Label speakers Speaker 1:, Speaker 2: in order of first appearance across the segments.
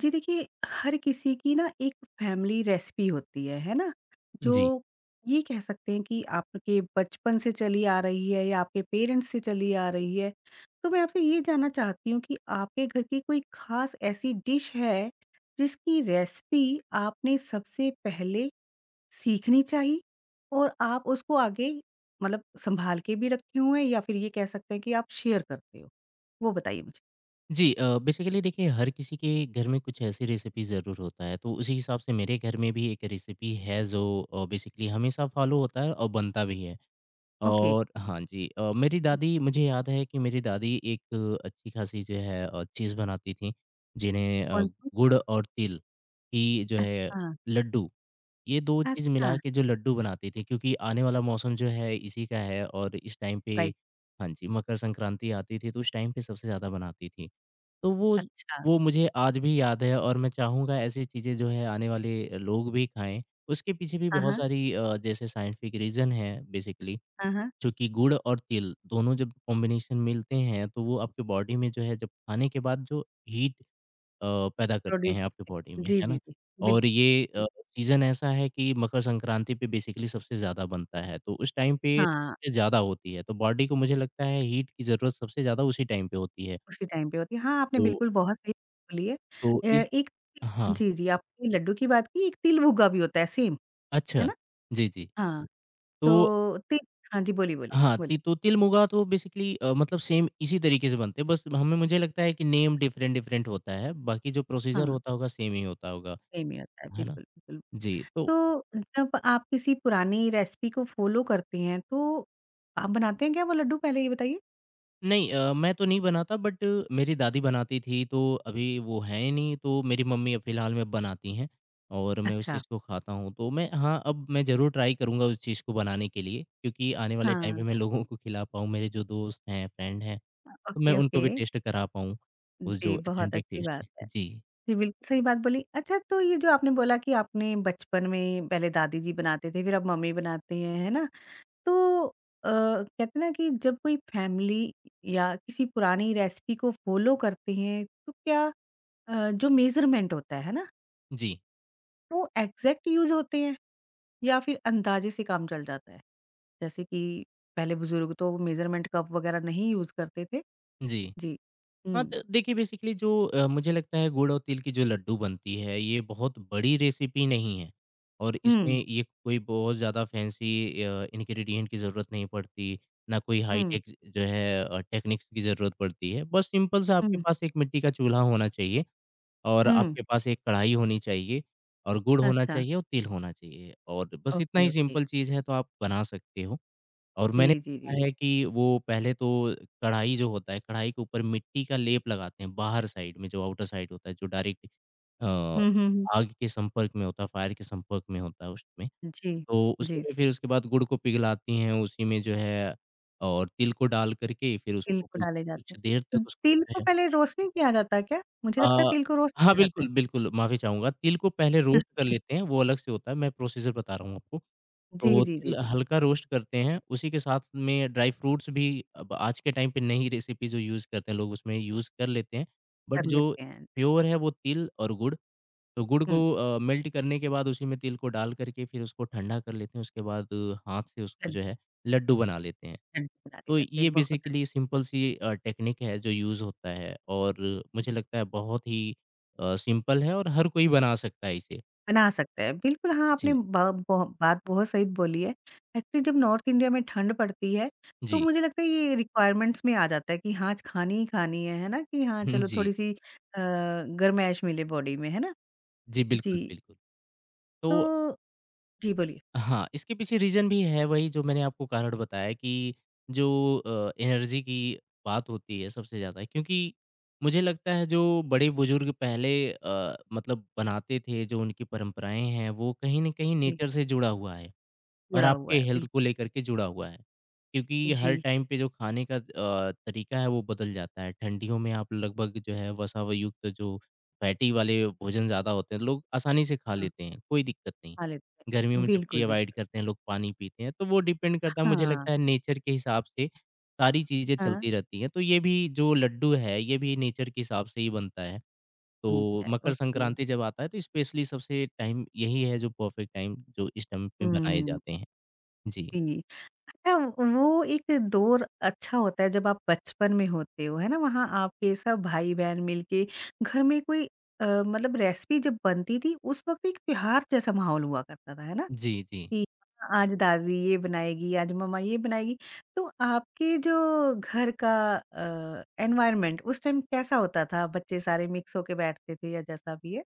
Speaker 1: जी देखिए, हर किसी की ना एक फैमिली रेसिपी होती है ना?
Speaker 2: जी।
Speaker 1: जो ये कह सकते हैं कि आपके बचपन से चली आ रही है या आपके पेरेंट्स से चली आ रही है। तो मैं आपसे ये जानना चाहती हूँ कि आपके घर की कोई ख़ास ऐसी डिश है, जिसकी रेसिपी आपने सबसे पहले सीखनी चाही और आप उसको आगे मतलब सँभाल के भी रखे हुए हैं या फिर ये कह सकते हैं कि आप शेयर करते हो? वो बताइए मुझे।
Speaker 2: जी बेसिकली देखिए हर किसी के घर में कुछ ऐसी रेसिपी ज़रूर होता है, तो उसी हिसाब से मेरे घर में भी एक रेसिपी है जो बेसिकली हमेशा फॉलो होता है और बनता भी है।
Speaker 1: ओके,
Speaker 2: और हाँ जी, मेरी दादी मुझे याद है कि मेरी दादी एक अच्छी-खासी जो है चीज़ बनाती थीं, जिन्हें
Speaker 1: कौन-सी?
Speaker 2: गुड़ और तिल की जो है
Speaker 1: अच्छा,
Speaker 2: लड्डू, ये 2 चीज़ मिला
Speaker 1: अच्छा।
Speaker 2: के जो लड्डू बनाती थीं क्योंकि आने वाला मौसम जो है इसी का है और इस टाइम पे
Speaker 1: राइट,
Speaker 2: हाँ जी, मकर संक्रांति आती थी तो उस टाइम पे सबसे ज़्यादा बनाती थीं। तो वो
Speaker 1: अच्छा।
Speaker 2: वो मुझे आज भी याद है और मैं चाहूँगा ऐसी चीज़ें जो है आने वाले लोग भी खाएँ। उसके पीछे भी
Speaker 1: हाँ,
Speaker 2: बहुत
Speaker 1: हाँ।
Speaker 2: सारी जैसे साइंटिफिक रीज़न है बेसिकली
Speaker 1: हाँ, हाँ।
Speaker 2: चूँकि गुड़ और तिल दोनों जब कॉम्बिनेशन मिलते हैं तो वो आपके बॉडी में जो है जब खाने के बाद जो हीट पैदा करते
Speaker 1: प्रोड्यूस
Speaker 2: हैं आपके बॉडी में,
Speaker 1: जी,
Speaker 2: है
Speaker 1: जी,
Speaker 2: ना?
Speaker 1: जी। बिल्कुल,
Speaker 2: और ये सीज़न ऐसा है कि मकर संक्रांति पे बेसिकली सबसे ज़्यादा बनता है तो उस टाइम पे
Speaker 1: हाँ,
Speaker 2: सबसे ज़्यादा होती है। तो बॉडी को मुझे लगता है हीट की ज़रूरत सबसे ज़्यादा उसी टाइम पे होती है।
Speaker 1: उसी टाइम पे होती है। हाँ, आपने
Speaker 2: तो
Speaker 1: बिल्कुल बहुत सही बोली है।
Speaker 2: तो इस
Speaker 1: एक
Speaker 2: हाँ,
Speaker 1: जी, जी, आपने लड्डू की बात की, एक तिल भुग्गा भी होता है सेम, है
Speaker 2: अच्छा।
Speaker 1: ना?
Speaker 2: जी, जी।
Speaker 1: हाँ,
Speaker 2: तो
Speaker 1: तो तिल हाँ जी, बोलिए, बोलिए,
Speaker 2: हाँ,
Speaker 1: बोलिए।
Speaker 2: ति तो तिल मुगा तो बेसिकली मतलब सेम इसी तरीके से बनते हैं, बस हमें मुझे लगता है कि नेम डिफरेंट-डिफरेंट होता है, बाकी जो प्रोसीजर
Speaker 1: हाँ,
Speaker 2: होता होगा सेम ही होता होगा,
Speaker 1: सेम ही होता है,
Speaker 2: है ना?
Speaker 1: बिल्कुल, बिल्कुल।
Speaker 2: जी, तो
Speaker 1: तो जब आप किसी पुरानी रेसिपी को फ़ॉलो करते हैं, तो आप बनाते हैं क्या वो लड्डू पहले ये बताइए?
Speaker 2: नहीं, मैं तो नहीं बनाता बट मेरी दादी बनाती थी, तो अभी वो हैं नहीं, तो मेरी मम्मी अब फ़िलहाल में बनाती हैं और मैं उस
Speaker 1: अच्छा,
Speaker 2: चीज़ को खाता हूँ। तो मैं हाँ, अब मैं ज़रूर ट्राई करूँगा उस चीज़ को बनाने के लिए क्योंकि आने वाले टाइम पे
Speaker 1: हाँ।
Speaker 2: मैं लोगों को खिला पाऊँ, मेरे जो दोस्त हैं, फ्रेंड हैं। तो मैं
Speaker 1: ओके,
Speaker 2: उनको
Speaker 1: ओके।
Speaker 2: भी टेस्ट करा पाऊँ, वो
Speaker 1: जी,
Speaker 2: जो
Speaker 1: बहुत
Speaker 2: ऑथेंटिक
Speaker 1: अच्छी
Speaker 2: टेस्ट
Speaker 1: बात
Speaker 2: है।
Speaker 1: है।
Speaker 2: जी,
Speaker 1: जी, बिल्कुल सही बात बोली। अच्छा तो ये जो आपने बोला कि आपने बचपन में पहले दादी जी बनाते थे, फिर अब मम्मी बनाते हैं, है ना? तो कहते हैं ना कि जब कोई फैमिली या किसी पुरानी रेसिपी को फ़ॉलो करते हैं, तो क्या जो मेज़रमेंट होता है ना,
Speaker 2: जी,
Speaker 1: वो एग्ज़ैक्ट यूज़ होते हैं या फिर अंदाज़े से काम चल जाता है? जैसे कि पहले बुज़ुर्ग तो मेज़रमेंट कप वग़ैरह नहीं यूज़ करते थे।
Speaker 2: जी।
Speaker 1: जी।
Speaker 2: हाँ,
Speaker 1: हुँ।
Speaker 2: तो देखिए बेसिकली जो मुझे लगता है गुड़ और तिल की जो लड्डू बनती है, ये बहुत बड़ी रेसिपी नहीं है और इसमें
Speaker 1: हुँ,
Speaker 2: ये कोई बहुत ज़्यादा फैंसी इंग्रीडिएंट की ज़रूरत नहीं पड़ती, ना कोई
Speaker 1: हुँ,
Speaker 2: हाई-टेक जो है टेक्निक्स की ज़रूरत पड़ती है। बस सिंपल सा आपके
Speaker 1: हुँ,
Speaker 2: पास एक मिट्टी का चूल्हा होना चाहिए और
Speaker 1: हुँ।
Speaker 2: आपके पास एक कढ़ाई होनी चाहिए और गुड़ होना
Speaker 1: अच्छा।
Speaker 2: चाहिए और तिल होना चाहिए और बस इतना
Speaker 1: ओके,
Speaker 2: ही
Speaker 1: ओके।
Speaker 2: सिंपल चीज़ है, तो आप बना सकते हो। और मैंने
Speaker 1: जी, जी,
Speaker 2: देखा
Speaker 1: जी।
Speaker 2: है कि वो पहले तो कढ़ाई जो होता है, कढ़ाई के ऊपर मिट्टी का लेप लगाते हैं बाहर साइड में, जो आउटर साइड होता है, जो डायरेक्ट अ,
Speaker 1: हुँ, हुँ, हुँ।
Speaker 2: आग के संपर्क में होता है, फायर के संपर्क में होता है उसमें।
Speaker 1: जी,
Speaker 2: तो उसी
Speaker 1: जी।
Speaker 2: में फिर उसके बाद गुड़ को पिघलाती हैं, उसी में जो है और तिल को डाल कर के फिर
Speaker 1: तिल
Speaker 2: उसको
Speaker 1: को
Speaker 2: कुछ
Speaker 1: डाले जाते
Speaker 2: कुछ देर
Speaker 1: हैं।
Speaker 2: तक उसको
Speaker 1: तिल
Speaker 2: जो
Speaker 1: को
Speaker 2: है,
Speaker 1: पहले रोस्ट नहीं किया जाता क्या? मुझे
Speaker 2: अ,
Speaker 1: लगता है तिल को रोस्ट
Speaker 2: हाँ,
Speaker 1: किया जाता है।
Speaker 2: बिल्कुल, बिल्कुल माफ़ी चाहूँगा। तिल को पहले रोस्ट कर लेते हैं, वो अलग से होता है, मैं प्रोसीज़र बता रहा हूँ आपको।
Speaker 1: जी,
Speaker 2: तो
Speaker 1: जी, जी,
Speaker 2: तिल
Speaker 1: जी।
Speaker 2: हल्का रोस्ट करते हैं, उसी के साथ में ड्राई फ्रूट्स भी अब आज के टाइम पे नई रेसिपी जो यूज़ करते हैं लोग उसमें यूज़ कर लेते हैं।
Speaker 1: कर
Speaker 2: बट जो
Speaker 1: लेते हैं।
Speaker 2: प्योर है वो तिल और गुड़, तो गुड़ को
Speaker 1: हुँ,
Speaker 2: मेल्ट करने के बाद उसी में तिल को डाल कर के फिर उसको ठंडा कर लेते हैं, उसके बाद हाथ से उसको
Speaker 1: लड्डू
Speaker 2: जो है लड्डू बना लेते हैं।
Speaker 1: लड्डू बना लिए
Speaker 2: तो
Speaker 1: जाते
Speaker 2: ये
Speaker 1: हैं। बहुत अच्छे
Speaker 2: बेसिकली सिंपल सी टेक्निक है जो यूज़ होता है और मुझे लगता है बहुत ही सिंपल है और हर कोई बना सकता है इसे।
Speaker 1: बना सकते हैं। बिल्कुल, हाँ, आपने
Speaker 2: जी,
Speaker 1: ब बो बात बहुत सही बोली है। एक्चुअली जब नॉर्थ इंडिया में ठंड पड़ती है, तो
Speaker 2: जी।
Speaker 1: मुझे लगता है ये रिक्वायरमेंट्स में आ जाता है कि हाँ, आज खानी ही खानी है ना? कि हाँ,
Speaker 2: हुँ,
Speaker 1: चलो
Speaker 2: जी।
Speaker 1: थोड़ी-सी गर्माहट मिले बॉडी में, है ना?
Speaker 2: जी, बिल्कुल,
Speaker 1: जी,
Speaker 2: बिल्कुल।
Speaker 1: तो
Speaker 2: तो
Speaker 1: जी, बोलिए।
Speaker 2: हाँ, इसके पीछे रीज़न भी है वही जो मैंने आपको कारण बताया कि जो एनर्जी की बात होती है सबसे ज़्यादा क्योंकि मुझे लगता है जो बड़े-बुज़ुर्ग पहले, मतलब बनाते थे, जो उनकी परंपराएँ हैं, वो कहीं न कहीं
Speaker 1: जी,
Speaker 2: नेचर से जुड़ा हुआ है। और
Speaker 1: जुड़ा हुआ
Speaker 2: आपके
Speaker 1: है।
Speaker 2: हेल्थ
Speaker 1: बिल्कुल।
Speaker 2: को लेकर के जुड़ा हुआ है। क्योंकि हर
Speaker 1: जी,
Speaker 2: टाइम पे जो खाने का तरीका है वो बदल जाता है। ठंडियों में आप लगभग जो है वसा-युक्त जो फैटी वाले भोजन ज़्यादा होते हैं, लोग आसानी से खा
Speaker 1: हाँ,
Speaker 2: लेते हैं, कोई दिक्कत नहीं।
Speaker 1: खा लेते
Speaker 2: गर्मियों
Speaker 1: हैं।
Speaker 2: में जबकि
Speaker 1: बिल्कुल,
Speaker 2: अवॉइड
Speaker 1: बिल्कुल।
Speaker 2: करते हैं, लोग पानी पीते हैं, तो वो डिपेंड करता है मुझे
Speaker 1: हाँ,
Speaker 2: लगता है नेचर के हिसाब से सारी चीज़ें
Speaker 1: हाँ,
Speaker 2: चलती रहती हैं। तो ये भी जो लड्डू है, ये भी नेचर के हिसाब से ही बनता है।
Speaker 1: ठीक
Speaker 2: तो
Speaker 1: है,
Speaker 2: मकर
Speaker 1: ओके।
Speaker 2: संक्रांति जब आता है तो स्पेशली सबसे टाइम यही है जो परफेक्ट टाइम जो इस टाइम पे बनाए
Speaker 1: हुँ,
Speaker 2: जाते हैं। जी,
Speaker 1: जी। अच्छा वो एक दौर अच्छा होता है जब आप बचपन में होते हो, है ना? वहाँ आपके सब भाई-बहन मिलके घर में कोई मतलब रेसिपी जब बनती थी, उस वक़्त एक त्योहार जैसा माहौल हुआ करता था, है ना?
Speaker 2: जी, जी।
Speaker 1: कि "हाँ, आज दादी ये बनाएगी, आज मम्मा ये बनाएगी। तो आपके जो घर का एनवायरनमेंट उस टाइम कैसा होता था? बच्चे सारे मिक्स होके बैठते थे या जैसा भी है?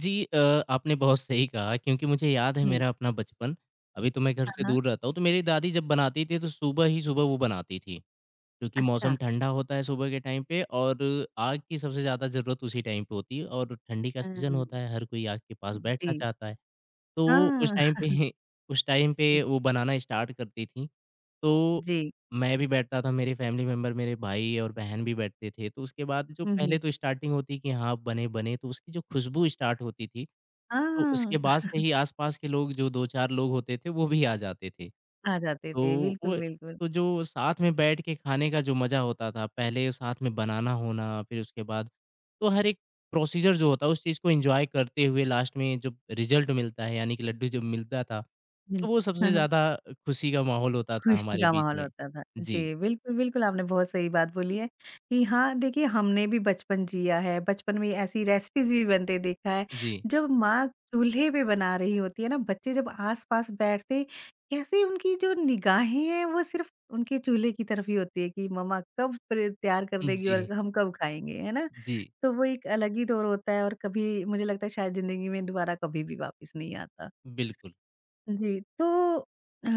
Speaker 2: जी, आपने बहुत सही कहा क्योंकि मुझे याद है
Speaker 1: हुँ।
Speaker 2: मेरा अपना बचपन, अभी तो मैं घर
Speaker 1: हाँ,
Speaker 2: से
Speaker 1: हाँ।
Speaker 2: दूर रहता हूँ, तो मेरी दादी जब बनाती थी तो सुबह ही सुबह वो बनाती थी, क्योंकि
Speaker 1: अच्छा।
Speaker 2: मौसम ठंडा होता है सुबह के टाइम पे और आग की सबसे ज़्यादा ज़रूरत उसी टाइम पे होती है और ठंडी का सीज़न
Speaker 1: हुँ।
Speaker 2: होता है, हर कोई आग के पास
Speaker 1: जी।
Speaker 2: बैठना चाहता है। तो उस
Speaker 1: हाँ।
Speaker 2: टाइम पे उस टाइम पे वो बनाना स्टार्ट करती थीं, तो
Speaker 1: जी।
Speaker 2: मैं भी बैठता था, मेरे फैमिली मेंबर, मेरे भाई और बहन भी बैठते थे। तो उसके बाद जो
Speaker 1: हुँ,
Speaker 2: पहले
Speaker 1: हुँ।
Speaker 2: तो स्टार्टिंग होती कि हाँ, बने, बने, तो उसकी जो खुशबू स्टार्ट होती थी, तो उसके
Speaker 1: हाँ।
Speaker 2: बाद से ही आस-पास के लोग जो 2-4 लोग होते थे, वो भी आ जाते थे।
Speaker 1: आ जाते थे।
Speaker 2: तो
Speaker 1: बिल्कुल,
Speaker 2: वो
Speaker 1: बिल्कुल।
Speaker 2: तो जो साथ में बैठ के खाने का जो मज़ा होता था, पहले साथ में बनाना होना, फिर उसके बाद तो हर एक प्रोसीजर जो होता है, उस चीज़ को एन्जॉय करते हुए लास्ट में जब रिज़ल्ट मिलता है, यानी कि लड्डू जब मिलता था,
Speaker 1: बिल
Speaker 2: तो वो सबसे ज़्यादा खुशी का माहौल होता था
Speaker 1: खुशी
Speaker 2: हमारे
Speaker 1: का
Speaker 2: बीच
Speaker 1: माहौल
Speaker 2: में।
Speaker 1: होता था।
Speaker 2: जी,
Speaker 1: जी, बिल्कुल, बिल्कुल आपने बहुत सही बात बोली है कि हाँ, देखिए हमने भी बचपन जिया है, बचपन में ऐसी रेसिपीज़ भी बनते देखा है।
Speaker 2: जी,
Speaker 1: जब माँ चूल्हे पे बना रही होती है ना, बच्चे जब आस-पास बैठते, कैसे उनकी जो निगाहें हैं वो सिर्फ़ उनके चूल्हे की तरफ ही होती है कि मम्मा कब प्रे तैयार कर देगी
Speaker 2: जी,
Speaker 1: और हम कब खाएँगे, है ना?
Speaker 2: जी,
Speaker 1: तो वो एक अलग ही दौर होता है और कभी मुझे लगता है शायद ज़िंदगी में दोबारा कभी भी वापस नहीं आता।
Speaker 2: बिल्कुल।
Speaker 1: जी, तो अ,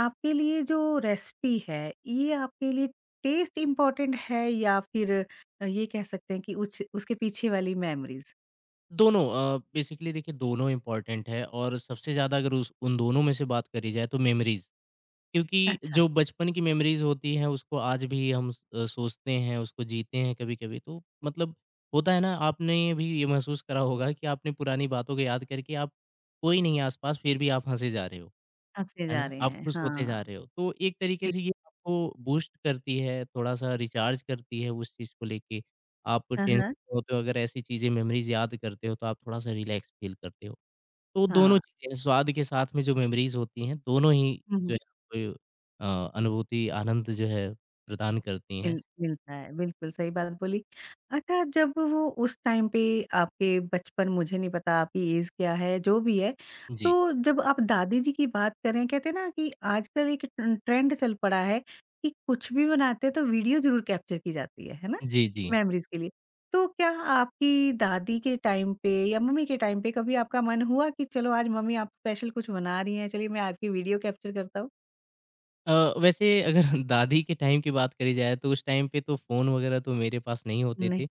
Speaker 1: आपके लिए जो रेसिपी है, ये आपके लिए टेस्ट इम्पोर्टेंट है या फिर ये कह सकते हैं कि उस उसके पीछे वाली मेमोरीज़?
Speaker 2: दोनों, बेसिकली देखिए दोनों इम्पोर्टेंट है और सबसे ज़्यादा अगर उस उन दोनों में से बात करी जाए तो मेमोरीज़। क्योंकि
Speaker 1: अच्छा,
Speaker 2: जो बचपन की मेमोरीज़ होती हैं, उसको आज भी हम सोचते हैं, उसको जीते हैं कभी-कभी। तो मतलब होता है ना, आपने भी ये महसूस करा होगा कि आपने पुरानी बातों को याद करके आप कोई नहीं है आस-पास, फिर भी आप हँसे जा रहे हो,
Speaker 1: हँसते
Speaker 2: है
Speaker 1: जा
Speaker 2: ना?
Speaker 1: रहे
Speaker 2: आप
Speaker 1: हैं।
Speaker 2: खुश होते
Speaker 1: हाँ,
Speaker 2: जा रहे हो। तो एक तरीके
Speaker 1: जी।
Speaker 2: से ये आपको बूस्ट करती है, थोड़ा-सा रिचार्ज करती है उस चीज़ को लेके। आप
Speaker 1: हाँ,
Speaker 2: टेंशन
Speaker 1: हाँ।
Speaker 2: में होते हो, अगर ऐसी चीज़ें, मेमोरीज़ याद करते हो, तो आप थोड़ा-सा रिलैक्स फ़ील करते हो। तो दोनों चीज़ें स्वाद के साथ में जो मेमोरीज़ होती हैं, दोनों ही जो
Speaker 1: हाँ।
Speaker 2: है आपको अनुभूति, आनंद जो है प्रदान करती हैं।
Speaker 1: मिल मिलता है, बिल्कुल सही बात बोली। अच्छा जब वो उस टाइम पे आपके बचपन मुझे नहीं पता आपकी ऐज क्या है, जो भी है,
Speaker 2: जी।
Speaker 1: तो जब आप दादी जी की बात करें, कहते हैं ना कि आजकल एक ट ट्रेंड चल पड़ा है कि कुछ भी बनाते हैं तो वीडियो ज़रूर कैप्चर की जाती है ना?
Speaker 2: जी, जी।
Speaker 1: मेमोरीज़ के लिए। तो क्या आपकी दादी के टाइम पे या मम्मी के टाइम पे कभी आपका मन हुआ कि चलो आज मम्मी आप स्पेशल कुछ बना रही हैं, चलिए मैं आपकी वीडियो कैप्चर करता हूँ?
Speaker 2: अ, वैसे अगर दादी के टाइम की बात करी जाए तो उस टाइम पे तो फ़ोन वगैरह तो मेरे पास नहीं होते
Speaker 1: नहीं।
Speaker 2: थे।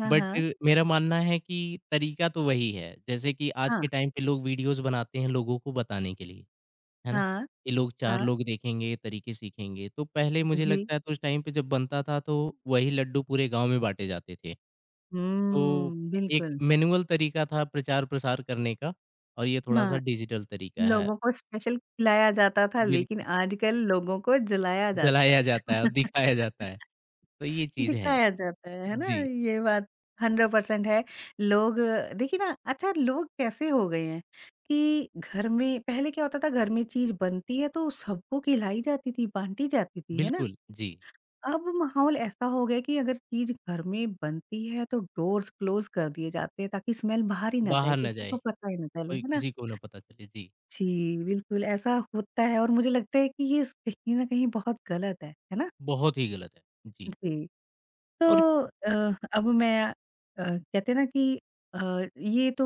Speaker 1: हाँ,
Speaker 2: बट
Speaker 1: हाँ।
Speaker 2: मेरा मानना है कि तरीका तो वही है। जैसे कि आज
Speaker 1: हाँ,
Speaker 2: के टाइम पे लोग वीडियोज़ बनाते हैं लोगों को बताने के लिए, है ना?
Speaker 1: हाँ,
Speaker 2: ये लोग 4
Speaker 1: हाँ।
Speaker 2: लोग देखेंगे, तरीके सीखेंगे। तो पहले मुझे
Speaker 1: जी।
Speaker 2: लगता है तो उस टाइम पे जब बनता था तो वही लड्डू पूरे गाँव में बाँटे जाते थे। तो
Speaker 1: हुँ,
Speaker 2: एक
Speaker 1: बिल्कुल।
Speaker 2: मैनुअल तरीका था प्रचार-प्रसार करने का और ये थोड़ा-सा
Speaker 1: हाँ,
Speaker 2: डिजिटल तरीका है।
Speaker 1: लोगों को स्पेशल खिलाया जाता था लेकिन
Speaker 2: बिल्कुल,
Speaker 1: आजकल लोगों को जलाया जाता है।
Speaker 2: जलाया जाता है और दिखाया जाता है। तो ये चीज़ है।
Speaker 1: दिखाया जाता है ना?
Speaker 2: जी,
Speaker 1: ये बात 100% है। लोग देखिए ना अच्छा लोग कैसे हो गए हैं कि घर में पहले क्या होता था घर में चीज़ बनती है तो सबको खिलाई जाती थी, बाँटी जाती थी, है ना?
Speaker 2: बिल्कुल, जी।
Speaker 1: अब माहौल ऐसा हो गया कि अगर चीज़ घर में बनती है तो डोर्स क्लोज़ कर दिए जाते हैं ताकि स्मेल बाहर ही ना जाए,
Speaker 2: बाहर ना
Speaker 1: किसी
Speaker 2: जाए,
Speaker 1: को पता ही ना चले,
Speaker 2: कोई
Speaker 1: है ना?
Speaker 2: किसी को ना पता चले। जी,
Speaker 1: जी, बिल्कुल ऐसा होता है और मुझे लगता है कि ये स कहीं न कहीं बहुत गलत है ना?
Speaker 2: बहुत ही गलत है। जी,
Speaker 1: जी, तो
Speaker 2: और
Speaker 1: अ, अब मैं अ, कहते हैं ना कि अ, ये तो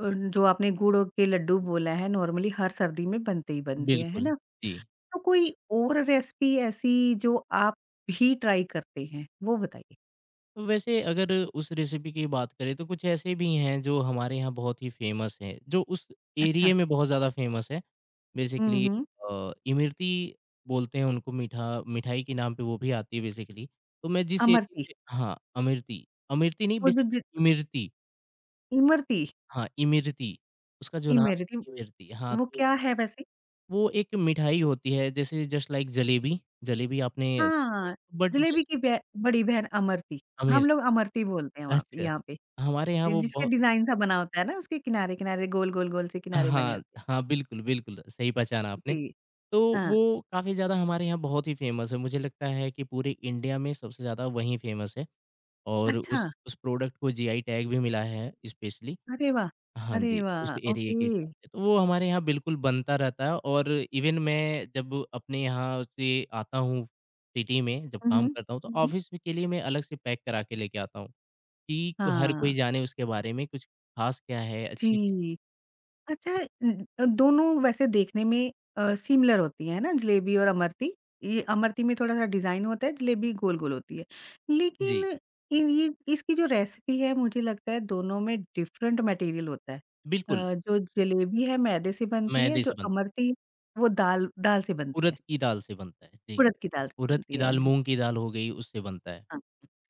Speaker 1: अ, जो आपने गुड़ और के लड्डू बोला है नॉर्मली हर सर्दी में बनते ही बनते हैं, है
Speaker 2: बिल्कुल,
Speaker 1: ना?
Speaker 2: जी।
Speaker 1: तो कोई और रेसिपी ऐसी जो आप भी ट्राई करते हैं, वो बताइए?
Speaker 2: तो वैसे अगर उस रेसिपी की बात करें तो कुछ ऐसे भी हैं जो हमारे यहाँ बहुत ही फ़ेमस हैं, जो उस
Speaker 1: अच्छा,
Speaker 2: एरिये में बहुत ज़्यादा फ़ेमस है।
Speaker 1: हुँ,
Speaker 2: बेसिकली
Speaker 1: हुँ,
Speaker 2: इमरती बोलते हैं उनको मीठा मिठाई के नाम पे वो भी आती है बेसिकली। तो मैं जिस एरिया
Speaker 1: अमरती
Speaker 2: से हाँ, अमिर्ती, अमिर्ती नहीं
Speaker 1: वो
Speaker 2: बेस
Speaker 1: जो जि
Speaker 2: इमरती
Speaker 1: इमरती
Speaker 2: हाँ, इमरती उसका जो नाम
Speaker 1: इमरती
Speaker 2: है, इमरती हाँ,
Speaker 1: वो
Speaker 2: तो
Speaker 1: क्या है वैसे?
Speaker 2: वो एक मिठाई होती है जैसे जस्ट लाइक जलेबी, जलेबी आपने
Speaker 1: हाँ,
Speaker 2: बट ज
Speaker 1: जलेबी की बे बड़ी बहन अमरती, हम
Speaker 2: आमिर
Speaker 1: लोग अमरती बोलते हैं वहाँ पे
Speaker 2: अच्छा,
Speaker 1: यहाँ पे,
Speaker 2: हमारे यहाँ
Speaker 1: जि
Speaker 2: वो
Speaker 1: जिसका
Speaker 2: बहु
Speaker 1: डिज़ाइन सा बना होता है ना उसके किनारे-किनारे गोल-गोल-गोल से किनारे बने
Speaker 2: हाँ,
Speaker 1: होते हैं।
Speaker 2: हाँ, बिल्कुल, बिल्कुल सही पहचाना आपने।
Speaker 1: जी,
Speaker 2: तो
Speaker 1: हाँ,
Speaker 2: वो काफ़ी ज़्यादा हमारे यहाँ बहुत ही फ़ेमस है, मुझे लगता है कि पूरे इंडिया में सबसे ज़्यादा वही फ़ेमस है। और
Speaker 1: अच्छा,
Speaker 2: उस प्रोडक्ट को जीआई टैग भी मिला है स्पेशली
Speaker 1: अरे वाह!
Speaker 2: हाँ
Speaker 1: अरे
Speaker 2: जी, उस
Speaker 1: वाह! ओके,
Speaker 2: एरिये के हिसाब से। तो वो हमारे यहाँ बिल्कुल बनता रहता है और इवन मैं जब अपने यहाँ से आता हूँ सिटी में जब
Speaker 1: हुँ,
Speaker 2: काम
Speaker 1: हुँ,
Speaker 2: करता हूँ, तो
Speaker 1: हुँ, हुँ।
Speaker 2: ऑफ़िस के लिए मैं अलग से पैक करा के लेके आता हूँ कि हर कोई
Speaker 1: हाँ,
Speaker 2: जाने उसके बारे में कुछ ख़ास क्या है, अच्छी चीज़
Speaker 1: जी। अच्छा दोनों वैसे देखने में सिमिलर होती हैं ना जलेबी और अमरती? ये अमरती में थोड़ा-सा डिज़ाइन होता है, जलेबी गोल-गोल होती है। लेकिन
Speaker 2: जी,
Speaker 1: इन ये इसकी जो रेसिपी है मुझे लगता है दोनों में डिफरेंट मटेरियल होता है।
Speaker 2: बिल्कुल,
Speaker 1: जो जलेबी है मैदे से बनती है,
Speaker 2: मैदे
Speaker 1: जो
Speaker 2: से बनता है,
Speaker 1: अमरती वो दाल दाल से बनती है,
Speaker 2: उड़द की दाल से बनता है, जी।
Speaker 1: उड़द की दाल से
Speaker 2: उड़द
Speaker 1: बनती
Speaker 2: की
Speaker 1: है।
Speaker 2: दाल,
Speaker 1: जी,
Speaker 2: मूँग की दाल हो गई उससे बनता है,
Speaker 1: हाँ।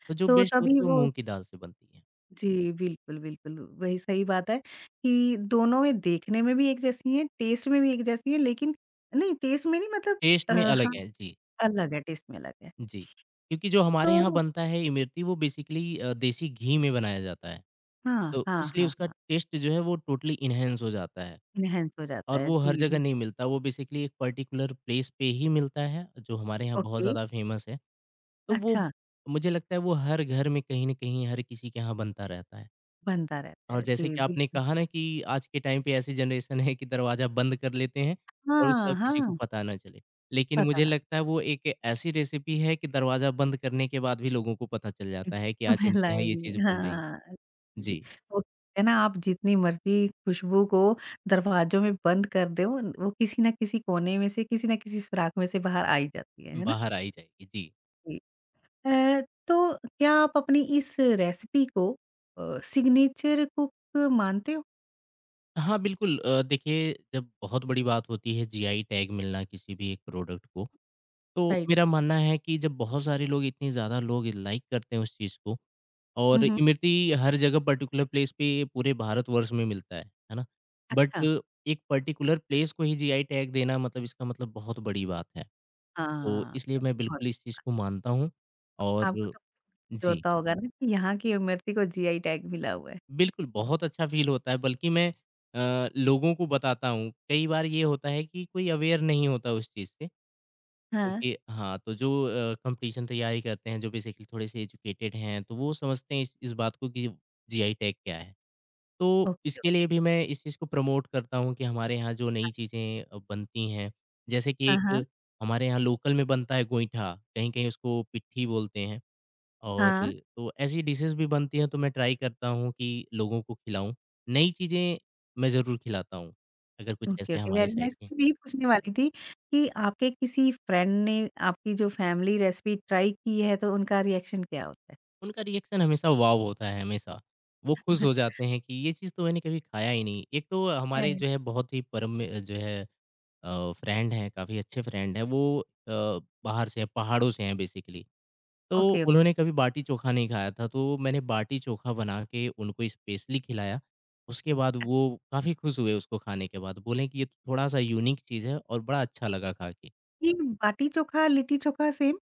Speaker 2: तो जो
Speaker 1: तो
Speaker 2: बेस्ट होती
Speaker 1: तभी
Speaker 2: है वो
Speaker 1: वो
Speaker 2: मूँग की दाल से बनती है।
Speaker 1: जी, बिल्कुल, बिल्कुल, वही सही बात है कि दोनों में देखने में भी एक जैसी हैं, टेस्ट में भी एक जैसी हैं, लेकिन नहीं टेस्ट में नहीं मतलब
Speaker 2: टेस्ट में अलग
Speaker 1: हाँ, हुँ।
Speaker 2: है, जी।
Speaker 1: अलग है, टेस्ट में अलग है।
Speaker 2: जी, क्योंकि जो हमारे यहाँ
Speaker 1: तो
Speaker 2: बनता है इमरती वो बेसिकली देसी घी में बनाया जाता है,
Speaker 1: हाँ,
Speaker 2: तो
Speaker 1: हाँ,
Speaker 2: इसलिए
Speaker 1: हाँ,
Speaker 2: उसका
Speaker 1: हाँ,
Speaker 2: टेस्ट जो है वो टोटली एनहांस हो जाता है
Speaker 1: इनहैंस हो जाता
Speaker 2: और
Speaker 1: है।
Speaker 2: वो हर
Speaker 1: जी,
Speaker 2: जगह
Speaker 1: बिल
Speaker 2: नहीं मिलता, वो बेसिकली एक पर्टिकुलर प्लेस पे ही मिलता है, जो हमारे यहाँ बहुत
Speaker 1: ओके,
Speaker 2: ज़्यादा फेमस है। तो वो
Speaker 1: अच्छा,
Speaker 2: मुझे लगता है वो हर घर में कहीं न कहीं हर किसी के यहाँ बनता रहता है।
Speaker 1: बनता रहता
Speaker 2: और
Speaker 1: है।
Speaker 2: जैसे
Speaker 1: जी,
Speaker 2: कि आपने
Speaker 1: बिल्कुल।
Speaker 2: कहा ना कि आज के टाइम पे ऐसी जनरेशन है कि दरवाज़ा बंद कर लेते हैं और
Speaker 1: हाँ,
Speaker 2: उसका किसी को
Speaker 1: हाँ,
Speaker 2: पता ना चले। लेकिन
Speaker 1: पता
Speaker 2: मुझे लगता है वो एक ऐसी रेसिपी है कि दरवाज़ा बंद करने के बाद भी लोगों को पता चल
Speaker 1: इस
Speaker 2: जाता है कि आज
Speaker 1: समय
Speaker 2: इनके यहाँ ये
Speaker 1: लाएगी,
Speaker 2: चीज़ बन रही
Speaker 1: हाँ। जी,
Speaker 2: जी,
Speaker 1: वो कहते हैं ना आप जितनी मर्ज़ी खुशबू को दरवाज़ों में बंद कर दो, वो किसी न किसी कोने में से, किसी न किसी सुराख में से बाहर आ ही जाती है ना?
Speaker 2: बाहर आई जाएगी। जी।
Speaker 1: जी। अ, तो क्या आप अपनी इस रेसिपी को सिग्नेचर कुक मानते हो?
Speaker 2: हाँ, बिल्कुल, देखिए जब बहुत बड़ी बात होती है जीआई टैग मिलना किसी भी एक प्रोडक्ट को, तो
Speaker 1: राइट।
Speaker 2: मेरा मानना है कि जब बहुत सारे लोग इतने ज़्यादा लोग लाइक करते हैं उस चीज़ को
Speaker 1: हुँ,
Speaker 2: और
Speaker 1: हुँ।
Speaker 2: इमरती हर जगह पर्टिकुलर प्लेस पे पूरे भारतवर्ष में मिलता है ना? बट
Speaker 1: अच्छा,
Speaker 2: एक पर्टिकुलर प्लेस को ही जीआई टैग देना मतलब इसका मतलब बहुत बड़ी बात है। तो
Speaker 1: हाँ।
Speaker 2: इसलिए
Speaker 1: सच
Speaker 2: मैं
Speaker 1: में बहुत
Speaker 2: बिल्कुल इस चीज़ को मानता हूँ और
Speaker 1: आपको तो फ़ील
Speaker 2: जी,
Speaker 1: होता होगा ना कि यहाँ की इमरती को जीआई टैग मिला हुआ है।
Speaker 2: बिल्कुल बहुत अच्छा फ़ील होता है बल्कि मैं लोगों को बताता हूँ। कई बार ये होता है कि कोई अवेयर नहीं होता उस चीज़ से
Speaker 1: हाँ,
Speaker 2: क्योंकि हाँ, तो जो कॉम्पिटिशन तैयारी करते हैं, जो बेसिकली थोड़े-से एजुकेटेड हैं, तो वो समझते हैं इस बात को कि जीआई टैग क्या है। तो
Speaker 1: ओके, ओके।
Speaker 2: इसके लिए भी मैं इस चीज़ को प्रमोट करता हूँ कि हमारे यहाँ जो नई चीज़ें बनती हैं, जैसे कि
Speaker 1: हाँ, हाँ।
Speaker 2: एक हमारे यहाँ लोकल में बनता है गोईठा, कहीं-कहीं उसको पिट्ठी बोलते हैं और
Speaker 1: हाँ।
Speaker 2: तो ऐसी डिशेज़ भी बनती हैं, तो मैं ट्राई करता हूँ कि लोगों को खिलाऊँ। नई चीज़ें मैं ज़रूर खिलाता हूँ, अगर कुछ
Speaker 1: ओके,
Speaker 2: ऐसे
Speaker 1: ओके,
Speaker 2: हमारे
Speaker 1: वेरी
Speaker 2: साइड
Speaker 1: नाइस।
Speaker 2: के
Speaker 1: मैं यही पूछने वाली थी कि आपके किसी फ्रेंड ने आपकी जो फैमिली रेसिपी ट्राई की है, तो उनका रिएक्शन क्या होता है?
Speaker 2: उनका रिएक्शन हमेशा वॉव होता है हमेशा। वो खुश हो जाते हैं कि ये चीज़ तो मैंने कभी खाया ही नहीं। एक तो हमारे
Speaker 1: है।
Speaker 2: जो है बहुत ही परम में जो है फ्रेंड हैं, काफ़ी अच्छे फ्रेंड हैं, वो अ, बाहर से हैं, पहाड़ों से हैं बेसिकली। तो
Speaker 1: ओके, ओके।
Speaker 2: उन्होंने कभी बाटी-चोखा नहीं खाया था, तो मैंने बाटी-चोखा बना के उनको स्पेशली खिलाया। उसके बाद वो
Speaker 1: अच्छा,
Speaker 2: काफ़ी खुश हुए उसको खाने के बाद, बोले कि ये थोड़ा-सा यूनिक चीज़ है और बड़ा अच्छा लगा खा के।
Speaker 1: ये बाटी चोखा, लिट्टी चोखा सेम?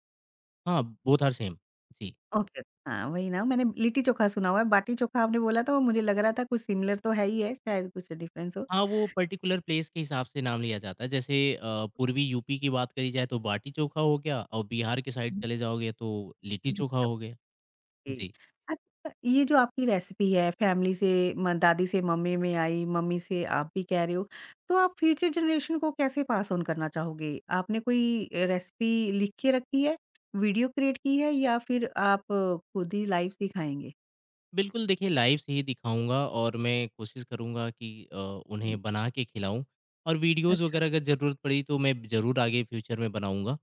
Speaker 2: हाँ, बोथ आर सेम। जी।
Speaker 1: ओके, हाँ, वही ना मैंने लिट्टी चोखा सुना हुआ है, बाटी चोखा आपने बोला तो मुझे लग रहा था कुछ सिमिलर तो है ही है, शायद कुछ डिफरेंस
Speaker 2: हाँ, वो पर्टिकुलर प्लेस के हिसाब से नाम लिया जाता है। जैसे पूर्वी यूपी की बात करी जाए तो बाटी-चोखा हो गया और बिहार के साइड चले जाओगे तो लिट्टी-चोखा
Speaker 1: हो।
Speaker 2: हो गया।
Speaker 1: जी।
Speaker 2: जी।
Speaker 1: अच्छा, ये जो आपकी रेसिपी है फैमिली से म दादी से मम्मी में आई, मम्मी से आप भी कह रहे हो, तो आप फ्यूचर जनरेशन को कैसे पास ऑन करना चाहोगे? आपने कोई रेसिपी लिख के रखी है, वीडियो क्रिएट की है या फिर आप खुद ही लाइव सिखाएँगे?
Speaker 2: बिल्कुल देखिए लाइव से ही दिखाऊँगा और मैं कोशिश करूँगा कि
Speaker 1: हुँ।
Speaker 2: उन्हें बना के खिलाऊँ और वीडियोज़
Speaker 1: अच्छा,
Speaker 2: वगैरह अगर ज़रूरत पड़ी तो मैं ज़रूर आगे फ्यूचर में बनाऊँगा।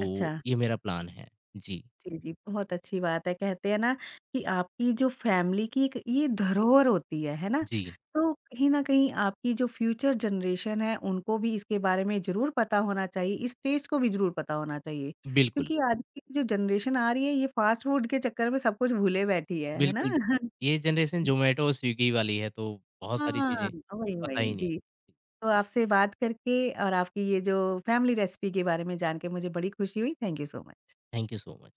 Speaker 1: अच्छा।
Speaker 2: ये मेरा प्लान है। जी,
Speaker 1: जी, जी, बहुत अच्छी बात है। कहते हैं ना कि आपकी जो फैमिली की एक ये धरोहर होती है ना?
Speaker 2: जी।
Speaker 1: तो कहीं न कहीं आपकी जो फ्यूचर जनरेशन है, उनको भी इसके बारे में ज़रूर पता होना चाहिए, इस टेस्ट को भी ज़रूर पता होना चाहिए।
Speaker 2: बिल्कुल,
Speaker 1: क्योंकि आज की जो जनरेशन आ रही है, ये फ़ास्ट फ़ूड के चक्कर में सब कुछ भूले बैठी है ना?
Speaker 2: बिल्कुल। ये जनरेशन ज़ोमैटो और स्विगी वाली है तो बहुत सारी
Speaker 1: हाँ,
Speaker 2: चीज़ें
Speaker 1: वही,
Speaker 2: पता
Speaker 1: वही।
Speaker 2: ही नहीं।
Speaker 1: जी, तो आपसे बात करके और आपकी ये जो फैमिली रेसिपी के बारे में जान के मुझे बड़ी खुशी हुई। Thank you so much.
Speaker 2: Thank you so much.